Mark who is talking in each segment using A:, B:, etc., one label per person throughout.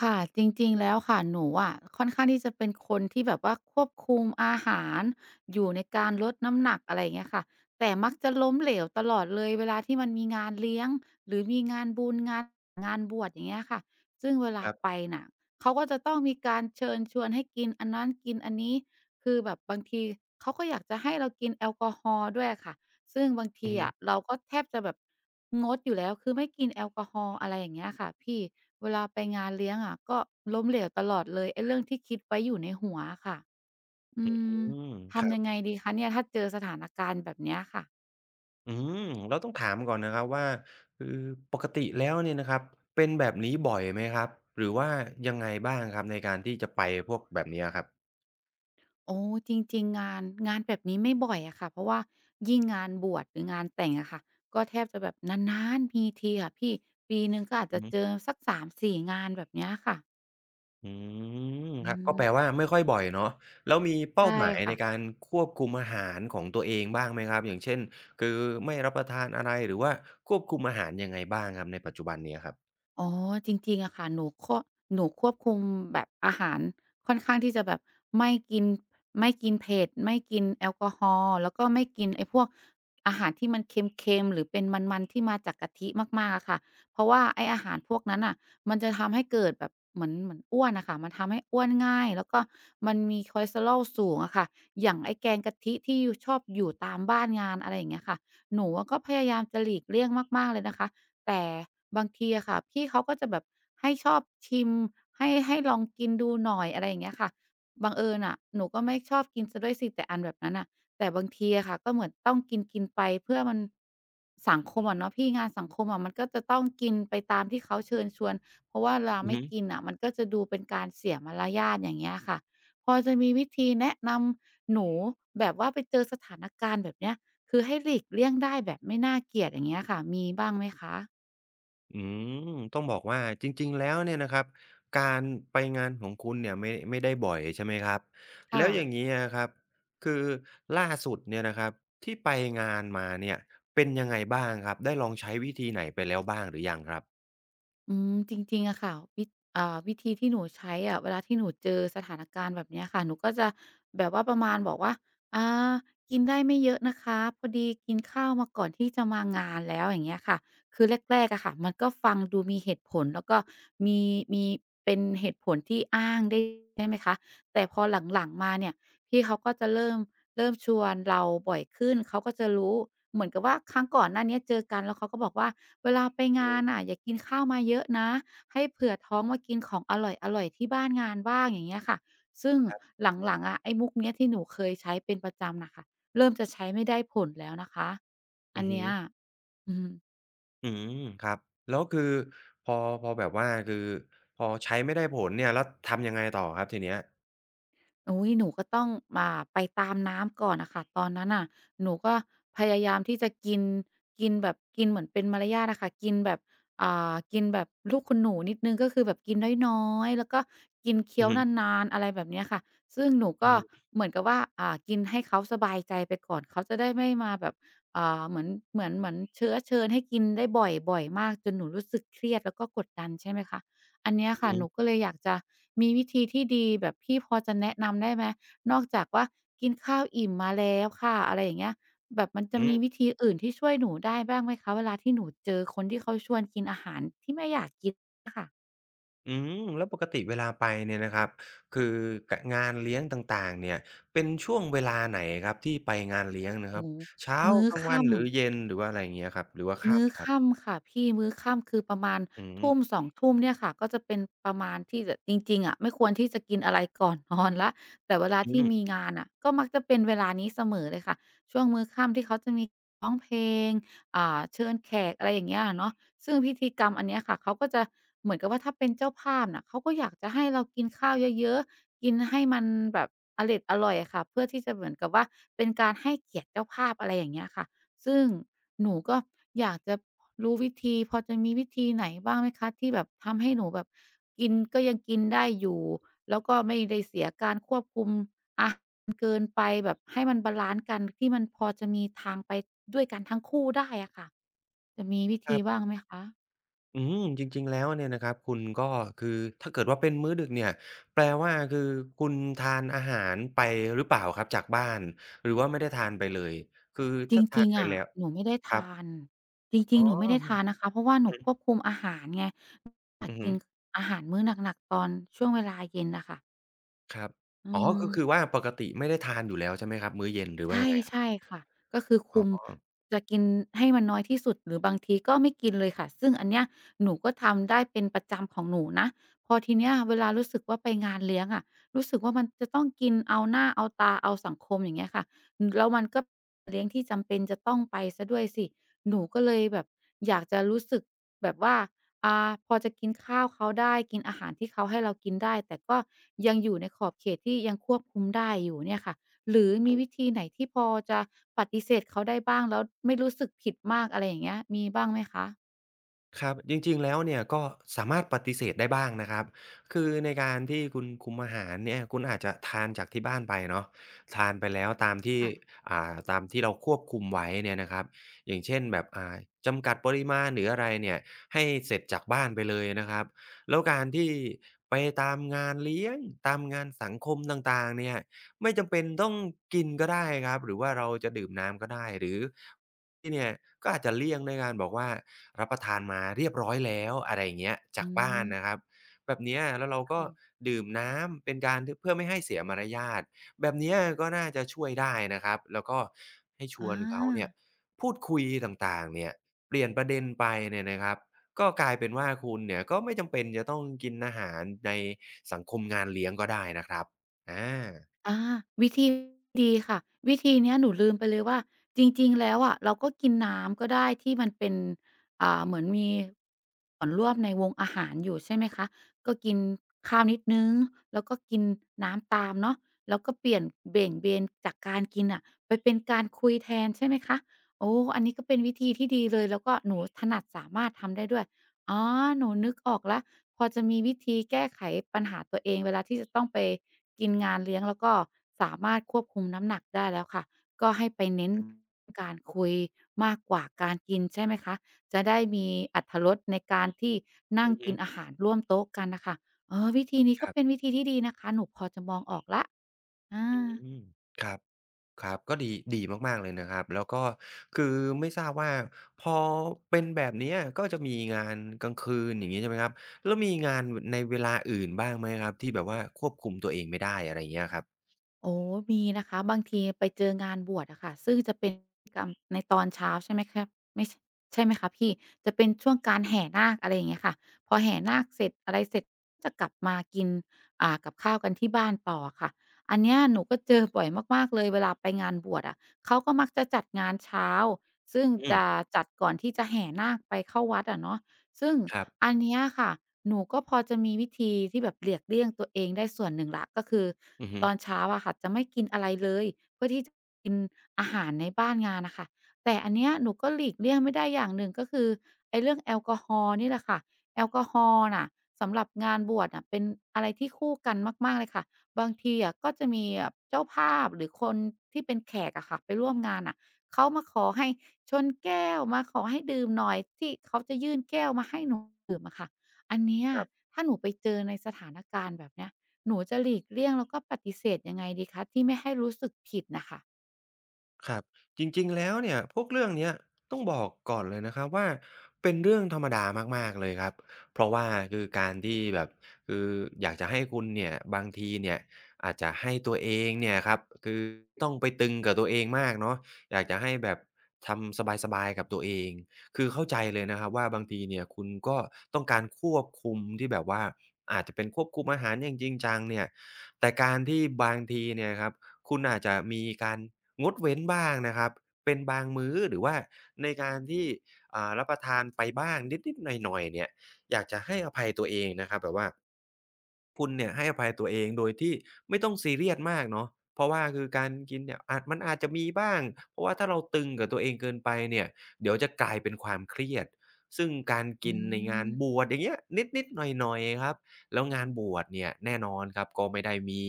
A: ค่ะจริงๆแล้วค่ะหนูอะค่อนข้างที่จะเป็นคนที่แบบว่าควบคุมอาหารอยู่ในการลดน้ำหนักอะไรอย่างเงี้ยค่ะแต่มักจะล้มเหลวตลอดเลยเวลาที่มันมีงานเลี้ยงหรือมีงานบุญงานบวชอย่างเงี้ยค่ะซึ่งเวลา
B: ครั
A: ไป
B: บ
A: น่ะเขาก็จะต้องมีการเชิญชวนให้กินอันนั้นกินอันนี้คือแบบบางทีเขาก็อยากจะให้เรากินแอลกอฮอล์ด้วยอะค่ะ ซึ่งบาง
B: อื
A: ที
B: อฮึ
A: อะเราก็แทบจะแบบงดอยู่แล้วคือไม่กินแอลกอฮอล์อะไรอย่างเงี้ยค่ะพี่เวลาไปงานเลี้ยงอะก็ล้มเหลวตลอดเลยไอ้เรื่องที่คิดไว้อยู่ในหัวอะค่ะอื
B: อื
A: ม
B: มครั
A: ทำ
B: บ
A: ยังไงดีคะเนี่ยถ้าเจอสถานการณ์แบบเนี้ยค่ะ
B: อืมแล้วต้องถามก่อนนะครับว่าคือปกติแล้วเนี่ยนะครับเป็นแบบนี้บ่อยไหมครับหรือว่ายังไงบ้างครับในการที่จะไปพวกแบบเนี้ยครับ
A: โอ้จริงๆงานแบบนี้ไม่บ่อยอะค่ะเพราะว่ายิ่งงานบวชหรืองานแต่งอะค่ะก็แทบจะแบบนานๆมีทีค่ะพี่ปีหนึ่งก็อาจ
B: อื
A: จะ
B: อฮึ
A: เจอสัก3-4งานแบบเนี้ยค่ะ
B: อืม
A: อื
B: ครับก็
A: ม
B: แปลว่าไม่ค่อยบ่อยเนาะแล้วมีเป้า
A: ใช่
B: หมายใน
A: ค่ะ
B: การควบคุมอาหารของตัวเองบ้างไหมครับอย่างเช่นคือไม่รับประทานอะไรหรือว่าควบคุมอาหารยังไงบ้างครับในปัจจุบันเนี้ยครับ
A: อ๋อจริงๆอะค่ะหนูควบคุมแบบอาหารค่อนข้างที่จะแบบไม่กินไม่กินเผ็ดไม่กินแอลกอฮอล์แล้วก็ไม่กินไอ้พวกอาหารที่มันเค็มๆหรือเป็นมันๆที่มาจากกะทิมากๆอะค่ะเพราะว่าไอ้อาหารพวกนั้นน่ะมันจะทำให้เกิดแบบเหมือนอ้วนอะค่ะมันทำให้อ้วนง่ายแล้วก็มันมีคอเลสเตอรอลสูงอะค่ะอย่างไอ้แกงกะทิที่อยู่ชอบอยู่ตามบ้านงานอะไรอย่างเงี้ยค่ะหนูอะก็พยายามจะหลีกเลี่ยงมากๆเลยนะคะ แต่บางทีอะค่ะพี่เขาก็จะแบบให้ชอบชิมให้ลองกินดูหน่อยอะไรอย่างเงี้ยค่ะบังเอิญน่ะหนูก็ไม่ชอบกินเสียด้วยสิแต่อันแบบนั้นน่ะแต่บางทีอะค่ะก็เหมือนต้องกินๆไปเพื่อมันสังคมอะเนาะพี่งานสังคมอะมันก็จะต้องกินไปตามที่เขาเชิญชวนเพราะว่าเวลา
B: อือ
A: ไม่
B: ฮึ
A: กินน่ะมันก็จะดูเป็นการเสียมารยาทอย่างเงี้ยค่ะพอจะมีวิธีแนะนำหนูแบบว่าไปเจอสถานการณ์แบบเนี้ยคือให้หลีกเลี่ยงได้แบบไม่น่าเกลียดอย่างเงี้ยค่ะมีบ้างไหมคะ
B: อืมต้องบอกว่าจริงๆแล้วเนี่ยนะครับการไปงานของคุณเนี่ยไม่ได้บ่อยใช่ไหมครับแล้
A: ค่ะ
B: วอย่างนี้อะครับคือล่าสุดเนี่ยนะครับที่ไปงานมาเนี่ยเป็นยังไงบ้างครับได้ลองใช้วิธีไหนไปแล้วบ้างหรือยังครับ
A: อืมจริงๆอะค่ะวิอ่าวิธีที่หนูใช้อะเวลาที่หนูเจอสถานการณ์แบบเนี้ยค่ะหนูก็จะแบบว่าประมาณบอกว่าอากินได้ไม่เยอะนะคะพอดีกินข้าวมาก่อนที่จะมางานแล้วอย่างเงี้ยค่ะคือแรกๆอะค่ะมันก็ฟังดูมีเหตุผลแล้วก็มีมีเป็นเหตุผลที่อ้างได้ใช่ไหมคะแต่พอหลังๆมาเนี่ย พี่เขาก็จะเริ่มชวนเราบ่อยขึ้นเขาก็จะรู้เหมือนกับว่าครั้งก่อนหน้าเนี้ยเจอกันแล้วเขาก็บอกว่าเวลาไปงานน่ะอย่ากินข้าวมาเยอะนะให้เผื่อท้องมากินของอร่อยๆที่บ้านงานบ้างอย่างเงี้ยค่ะซึ่งหลังๆอะไอ้มุกเนี้ยที่หนูเคยใช้เป็นประจำน่ะค่ะเริ่มจะใช้ไม่ได้ผลแล้วนะคะอั
B: อื
A: น
B: อฮึ
A: เนี้ยอืม
B: อืมครับแล้วคือพอพอแบบว่าคือพอใช้ไม่ได้ผลเนี่ยแล้วทำยังไงต่อครับทีเนี้ย
A: อุ๊ยหนูก็ต้องไปตามน้ำก่อนน่ะค่ะตอนนั้นน่ะหนูก็พยายามที่จะกินกินแบบกินเหมือนเป็นมารยาทอะค่ะกินแบบกินแบบลูกคุณหนูนิดหนึ่งก็คือแบบกินน้อยๆแล้วก็กินเคี้
B: อื
A: ย
B: อ
A: ว
B: ฮึ
A: นานๆอะไรแบบเนี้ยค่ะซึ่งหนู
B: อื
A: ก็
B: อ
A: เหมือนกับว่ากินให้เขาสบายใจไปก่อนเขาจะได้ไม่มาแบบอ่าเหมือนเหมือนเหมือนเชื้อเชิญให้กินได้บ่อยๆมากจนหนูรู้สึกเครียดแล้วก็กดดันใช่ไหมคะ อันเนี้ย
B: อือ
A: ค่ะหนูก็
B: ฮึ
A: เลยอยากจะมีวิธีที่ดีแบบพี่พอจะแนะนำได้ไหมนอกจากว่ากินข้าวอิ่มมาแล้วค่ะอะไรอย่างเงี้ยแบบมันจะ
B: อื
A: มี
B: ม
A: วิธีอื่นที่ช่วยหนูได้บ้างไหมคะเวลาที่หนูเจอคนที่เขาชวนกินอาหารที่ไม่อยากกินอะค่ะ
B: อืมแล้วปกติเวลาไปเนี่ยนะครับคือกะงานเลี้ยงต่างๆเนี่ยเป็นช่วงเวลาไหนครับที่ไปงานเลี้ยงนะค
A: โอ้
B: รับ
A: โฮ
B: เช้า
A: มื้อ
B: กลางวัน
A: ค่ำ
B: หรือเย็นหรือว่าอะไรอย่างเงี้ยครับหรือว่า
A: มื้อ
B: ค่ำครับ
A: ค่ำค่ะพี่มื้อค่ำคือประมาณ
B: อืม
A: ทุ่มสองทุ่มเนี่ยค่ะก็จะเป็นประมาณที่จะจริงๆอะไม่ควรที่จะกินอะไรก่อนนอนแล้ว แต่เวลา
B: อื
A: ที่
B: ม
A: มีงานน่ะก็มักจะเป็นเวลานี้เสมอเลยค่ะช่วงมื้อค่ำที่เขาจะมีร้องเพลงเชิญแขกอะไรอย่างเงี้ยอะเนาะซึ่งพิธีกรรมอันเนี้ยค่ะเขาก็จะเหมือนกับว่าถ้าเป็นเจ้าภาพน่ะเขาก็อยากจะให้เรากินข้าวเยอะๆกินให้มันแบบอเร็ดอร่อยอะค่ะเพื่อที่จะเหมือนกับว่าเป็นการให้เกียรติเจ้าภาพอะไรอย่างเงี้ยค่ะซึ่ง หนูก็อยากจะรู้วิธีพอจะมีวิธีไหนบ้างไหมคะที่แบบทำให้หนูแบบกินก็ยังกินได้อยู่แล้วก็ไม่ได้เสียการควบคุมอาหารเกินไปแบบให้มันบาลันซ์กันที่มันพอจะมีทางไปด้วยกันทั้งคู่ได้อะค่ะจะมีวิ
B: ค
A: ธี
B: รั
A: บ้าง
B: บ
A: ไหมคะ
B: อืมจริงๆแล้วเนี่ยนะครับคุณก็คือถ้าเกิดว่าเป็นมื้อดึกเนี่ยแปลว่าคือคุณทานอาหารไปหรือเปล่าครับจากบ้านหรือว่าไม่ได้ทานไปเลยคือ
A: จ
B: ถ้าทา
A: ริ
B: น
A: งๆ
B: ไป
A: อะ
B: แล้ว
A: หนูไม่ได้
B: ครับ
A: ทานจริ
B: อ๋
A: ง
B: อ
A: ๆหนูไม่ได้
B: มัน
A: ทานนะคะเพราะว่าหนู
B: อือฮึ
A: ควบคุมอาหารไงแต่
B: อือฮึ
A: กินอาหารมื้อหนักๆตอนช่วงเวลาเย็นน่ะค่ะ
B: ครับ
A: อื
B: อ๋อ ก็คือ
A: ม
B: ว่าปกติไม่ได้ทานอยู่แล้วใช่ไหมครับมื้อเย็นหรือว่า
A: ใช่
B: ยังไงครับ
A: ใช่ค่ะก็คือ
B: อ๋
A: คุม
B: อ
A: จะกินให้มันน้อยที่สุดหรือบางทีก็ไม่กินเลยค่ะซึ่งอันเนี้ยหนูก็ทำได้เป็นประจำของหนูนะพอทีเนี้ยเวลารู้สึกว่าไปงานเลี้ยงอะรู้สึกว่ามันจะต้องกินเอาหน้าเอาตาเอาสังคมอย่างเงี้ยค่ะอือแล้วมันก็เลี้ยงที่จำเป็นจะต้องไปเสียด้วยสิหนูก็เลยแบบอยากจะรู้สึกแบบว่าพอจะกินข้าวเขาได้กินอาหารที่เขาให้เรากินได้แต่ก็ยังอยู่ในขอบเขตที่ยังควบคุมได้อยู่เนี่ยค่ะ หรือมีวิธีไหนที่พอจะปฏิเสธเขาได้บ้างแล้วไม่รู้สึกผิดมากอะไรอย่างเงี้ยมีบ้างไหมคะ
B: ครับจริงๆแล้วเนี่ยก็สามารถปฏิเสธได้บ้างนะครับคือในการที่คุณคุมอาหารเนี่ยคุณอาจจะทานจากที่บ้านไปเนาะทานไปแล้วตามที่
A: ค่ะ
B: ตามที่เราควบคุมไว้เนี่ยนะครับอย่างเช่นแบบอ่าจำกัดปริมาณหรืออะไรเนี่ยให้เสร็จจากบ้านไปเลยนะครับแล้วการที่ไปตามงานเลี้ยงตามงานสังคมต่างๆเนี่ยไม่จำเป็นต้องกินก็ได้ครับหรือว่าเราจะดื่มน้ำก็ได้หรือ ที่เนี่ยก็อาจจะเลี่ยงในการบอกว่ารับประทานมาเรียบร้อยแล้วอะไรอย่างเงี้ยจา
A: อื
B: กบ้าน
A: ม
B: นะครับแบบเนี้ยแล้วเราก็
A: ค่ะ
B: ดื่มน้ำเป็นการทเพื่อไม่ให้เสียมารยาทแบบเนี้ยก็น่าจะช่วยได้นะครับแล้วก็ให้ชว
A: อา
B: นเขาเนี่ยพูดคุยต่างๆเนี่ยเปลี่ยนประเด็นไปเนี่ยนะครับก็กลายเป็นว่าคุณเนี่ยก็ไม่จำเป็นจะต้องกินอาหารในสังคมงานเลี้ยงก็ได้นะครับอา
A: อาวิธีดีค่ะวิธีเนี้ยหนูลืมไปเลยว่าจริงๆแล้วอะเราก็กินน้ำก็ได้ที่มันเป็นเหมือนมีส่วนร่วมในวงอาหารอยู่ใช่ไหมคะก็กินข้าวนิดหนึ่งแล้วก็กินน้ำตามเนาะแล้วก็เปลี่ยนเบี่ยงเบนจากการกินน่ะไปเป็นการคุยแทนใช่ไหมคะโอ้อันนี้ก็เป็นวิธีที่ดีเลยแล้วก็หนูถนัดสามารถทำได้ด้วยอ๋อหนูนึกออกแล้วพอจะมีวิธีแก้ไขปัญหาตัวเองเวลาที่จะต้องไป กินงานเลี้ยงแล้วก็สามารถควบคุมน้ำหนักได้แล้วค่ะก็ให้ไปเน้นการคุยมากกว่าการกินใช่ไหมคะจะได้มีอรรถรสในการที่นั่ง
B: อือฮึ
A: กินอาหารร่วมโต๊ะกันน่ะค่ะเออวิธีนี้
B: ค
A: ก็
B: รั
A: เป็น
B: บ
A: วิธีที่ดีนะคะหนูพอจะมองออกแล้ว
B: อ
A: อา
B: ืมครับ ครับก็ดีดีมากๆเลยนะครับแล้วก็คือไม่ทราบว่าพอเป็นแบบเนี้ยก็จะมีงานกลางคืนอย่างงี้ใช่ไหมครับแล้วมีงานวในเวลาอื่นบ้างไหมครับที่แบบว่าควบคุมตัวเองไม่ได้อะไรอย่างเงี้ยครับ
A: โอ้มีนะคะบางทีไปเจองานบวชอะค่ะซึ่งจะเป็นกรรมในตอนเช้าใช่ไหมครับไม่ใชใช่ไหมคะพี่จะเป็นช่วงการแห่นาคอะไรอย่างเงี้ยค่ะพอแห่นาคเสร็จอะไรเสร็จจะกลับมากินกับข้าวกันที่บ้านต่ออะค่ะอันเนี้ยหนูก็เจอบ่อยมากๆเลยเวลาไปงานบวชอะเขาก็มักจะจัดงานเช้าซึ่ง
B: อืม
A: จะจัดก่อนที่จะแห่นาคไปเข้าวัดอะเนาะ ซึ่ง
B: ครั
A: อั
B: บ
A: นเนี้ยค่ะหนูก็พอจะมีวิธีที่แบบเลียกเลี่ยงตัวเองได้ส่วนหนึ่งละก็คือ
B: อือฮึ
A: ตอนเช้าอะค่ะจะไม่กินอะไรเลยเพื่อที่จะกินอาหารในบ้านงานน่ะค่ะแต่อันเนี้ยหนูก็หลีกเลี่ยงไม่ได้อย่างหนึ่งก็คือไอ้เรื่องแอลกอฮอล์นี่แหละค่ะแอลกอฮอล์น่ะสำหรับงานบวชน่ะเป็นอะไรที่คู่กันมากๆเลยค่ะบางทีอะก็จะมีแบบเจ้าภาพหรือคนที่เป็นแขกอะค่ะไปร่วมงานน่ะเขามาขอให้ ชนแก้วมาขอให้ดื่มหน่อยที่เขาจะยื่นแก้วมาให้หนูดื่มอะค่ะ อันเนี้ยถ้าหนูไปเจอในสถานการณ์แบบเนี้ยหนูจะหลีกเลี่ยงแล้วก็ปฏิเสธยังไงดีคะที่ไม่ให้รู้สึกผิดน่ะค่ะ
B: ครับจริงๆแล้วเนี่ยพวกเรื่องเนี้ยต้องบอกก่อนเลยนะครับว่าเป็นเรื่องธรรมดามากๆเลยครับเพราะว่าคือการที่แบบคืออยากจะให้คุณเนี่ยบางทีเนี่ยอาจจะให้ตัวเองเนี่ยครับคือต้องไปตึงกับตัวเองมากเนาะอยากจะให้แบบทำสบายๆกับตัวเองคือเข้าใจเลยนะครับว่าบางทีเนี่ยคุณก็ต้องการควบคุมที่แบบว่าอาจจะเป็นควบคุมอาหารอย่างจริงจังเนี่ยแต่การที่บางทีเนี่ยครับคุณอาจจะมีการ งดเว้นบ้างนะครับเป็นบางมื้อหรือว่าในการที่อ่ารับประทานไปบ้างนิดๆหน่อยๆเนี่ยอยากจะให้อภัยตัวเองนะครับแบบว่าคุณเนี่ยให้อภัยตัวเองโดยที่ไม่ต้องซีเรียสมากเนาะเพราะว่าคือการกินเนี่ยอาจมันอาจจะมีบ้างเพราะว่าถ้าเราตึงกับตัวเองเกินไปเนี่ยเดี๋ยวจะกลายเป็นความเครียดซึ่งการ
A: อื
B: กินในงานบ
A: ม
B: วชอย่างเงี้ยนิดๆหน่อยๆครับ แล้วงานบวชเนี่ยแน่นอนครับก็ไม่ได้มี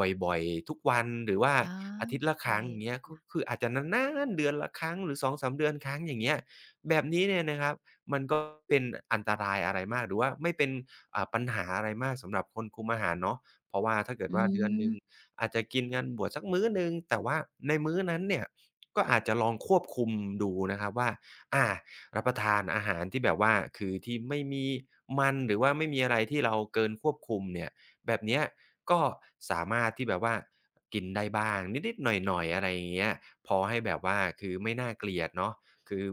B: บ่อยๆทุกวันหรือว่า
A: อ๋อา
B: อาทิตย์ละค
A: ใช่
B: รั้งอย่างเงี้ยก็คืออาจจะนานๆเดือนละครั้งหรือสองสามเดือนครั้งอย่างเงี้ยแบบนี้เนี่ยนะครับมันก็เป็นอันตรายอะไรมากหรือว่าไม่เป็นอ่าปัญหาอะไรมากสำหรับคนคุมอาหารเนาะเพราะว่าถ้าเกิด
A: อื
B: ว่าเดือน
A: ม
B: หนึ่งอาจจะกินงานบวชสักมื้อหนึ่งแต่ว่าในมื้อนั้นเนี่ยก็อาจจะลองควบคุมดูนะครับว่าอา รับประทานอาหารที่แบบว่าคือที่ไม่มีมันหรือว่าไม่มีอะไรที่เราเกินควบคุมเนี่ยแบบเนี้ยก็สามารถที่แบบว่ากินได้บ้างนิดๆหน่อยๆอะไรอย่างเงี้ยพอให้แบบว่าคือไม่น่าเกลียดเนาะคือ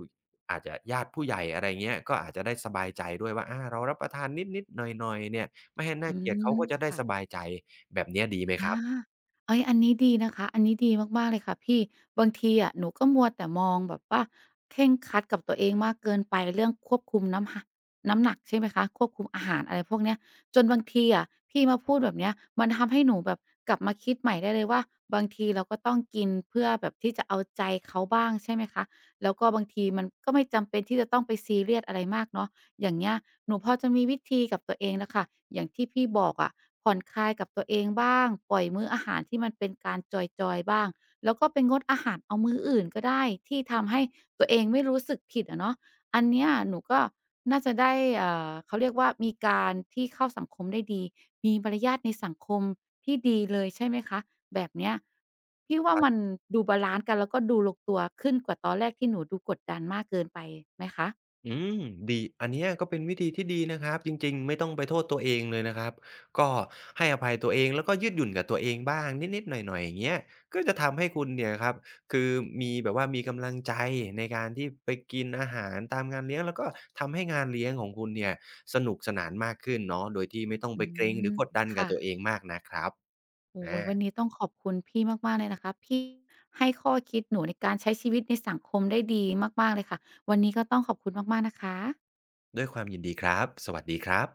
B: อาจจะญาติผู้ใหญ่อะไรเงี้ยก็อาจจะได้สบายใจด้วยว่าอาเรารับประทานนิดๆหน่อยๆเนี่ยไม่ให้
A: อื
B: น่าเกลียด
A: ม
B: เขาก็จะได้
A: ค่ะ
B: สบายใจแบบเนี้ยดีไหมค
A: อา
B: รับ
A: เฮ้ยอันนี้ดีนะคะอันนี้ดีมากๆเลยค่ะพี่บางทีอะหนูก็มัวแต่มองแบบว่าเคร่งครัดกับตัวเองมากเกินไปเรื่องควบคุมน้ำหะน้ำหนักใช่ไหมคะควบคุมอาหารอะไรพวกเนี้ยจนบางทีอะพี่มาพูดแบบเนี้ยมันทำให้หนูแบบกลับมาคิดใหม่ได้เลยว่าบางทีเราก็ต้องกินเพื่อแบบที่จะเอาใจเขาบ้างใช่ไหมคะแล้วก็บางทีมันก็ไม่จำเป็นที่จะต้องไปซีเรียสอะไรมากเนาะ อย่างเงี้ยหนูพอจะมีวิธีกับตัวเองนะคะอย่างที่พี่บอกอะะผ่อนคลายกับตัวเองบ้างปล่อยมื้ออาหารที่มันเป็นการจอยๆบ้างแล้วก็เป็นงดอาหารเอามื้ออื่นก็ได้ที่ทำให้ตัวเองไม่รู้สึกผิดอะเนาะอันเนี้ยหนูก็น่าจะได้เอ่าเขาเรียกว่ามีการที่เข้าสังคมได้ดีมีมารยาทในสังคมที่ดีเลยใช่ไหมคะแบบเนี้ยพี่ว่ามันดูบาลานซ์กันแล้วก็ดูลงตัวขึ้นกว่าตอนแรกที่หนูดูกดดันมากเกินไปไหมคะ
B: อืมดีอันเนี้ยก็เป็นวิธีที่ดีนะครับจริงๆไม่ต้องไปโทษตัวเองเลยนะครับก็ให้อภัยตัวเองแล้วก็ยืดหยุ่นกับตัวเองบ้างนิดๆหน่อยๆอย่างเงี้ยก็จะทำให้คุณเนี่ยครับคือมีแบบว่ามีกำลังใจในการที่ไปกินอาหารตามงานเลี้ยงแล้วก็ทำให้งานเลี้ยงของคุณเนี่ยสนุกสนานมากขึ้นเนาะโดยที่ไม่ต้อง
A: อื
B: ไปเกรงหรื
A: ม
B: อกดดันกับตัวเอ
A: ค่ะ
B: งมากนักครับ
A: โอ้โฮ
B: อา
A: วันนี้ต้องขอบคุณพี่มากๆเลยนะคะพี่ให้ข้อคิดหนูในการใช้ชีวิตในสังคมได้ดีมากๆเลยค่ะวันนี้ก็ต้องขอบคุณมากๆนะคะ
B: ด้วยความยินดีครับสวัสดีครับ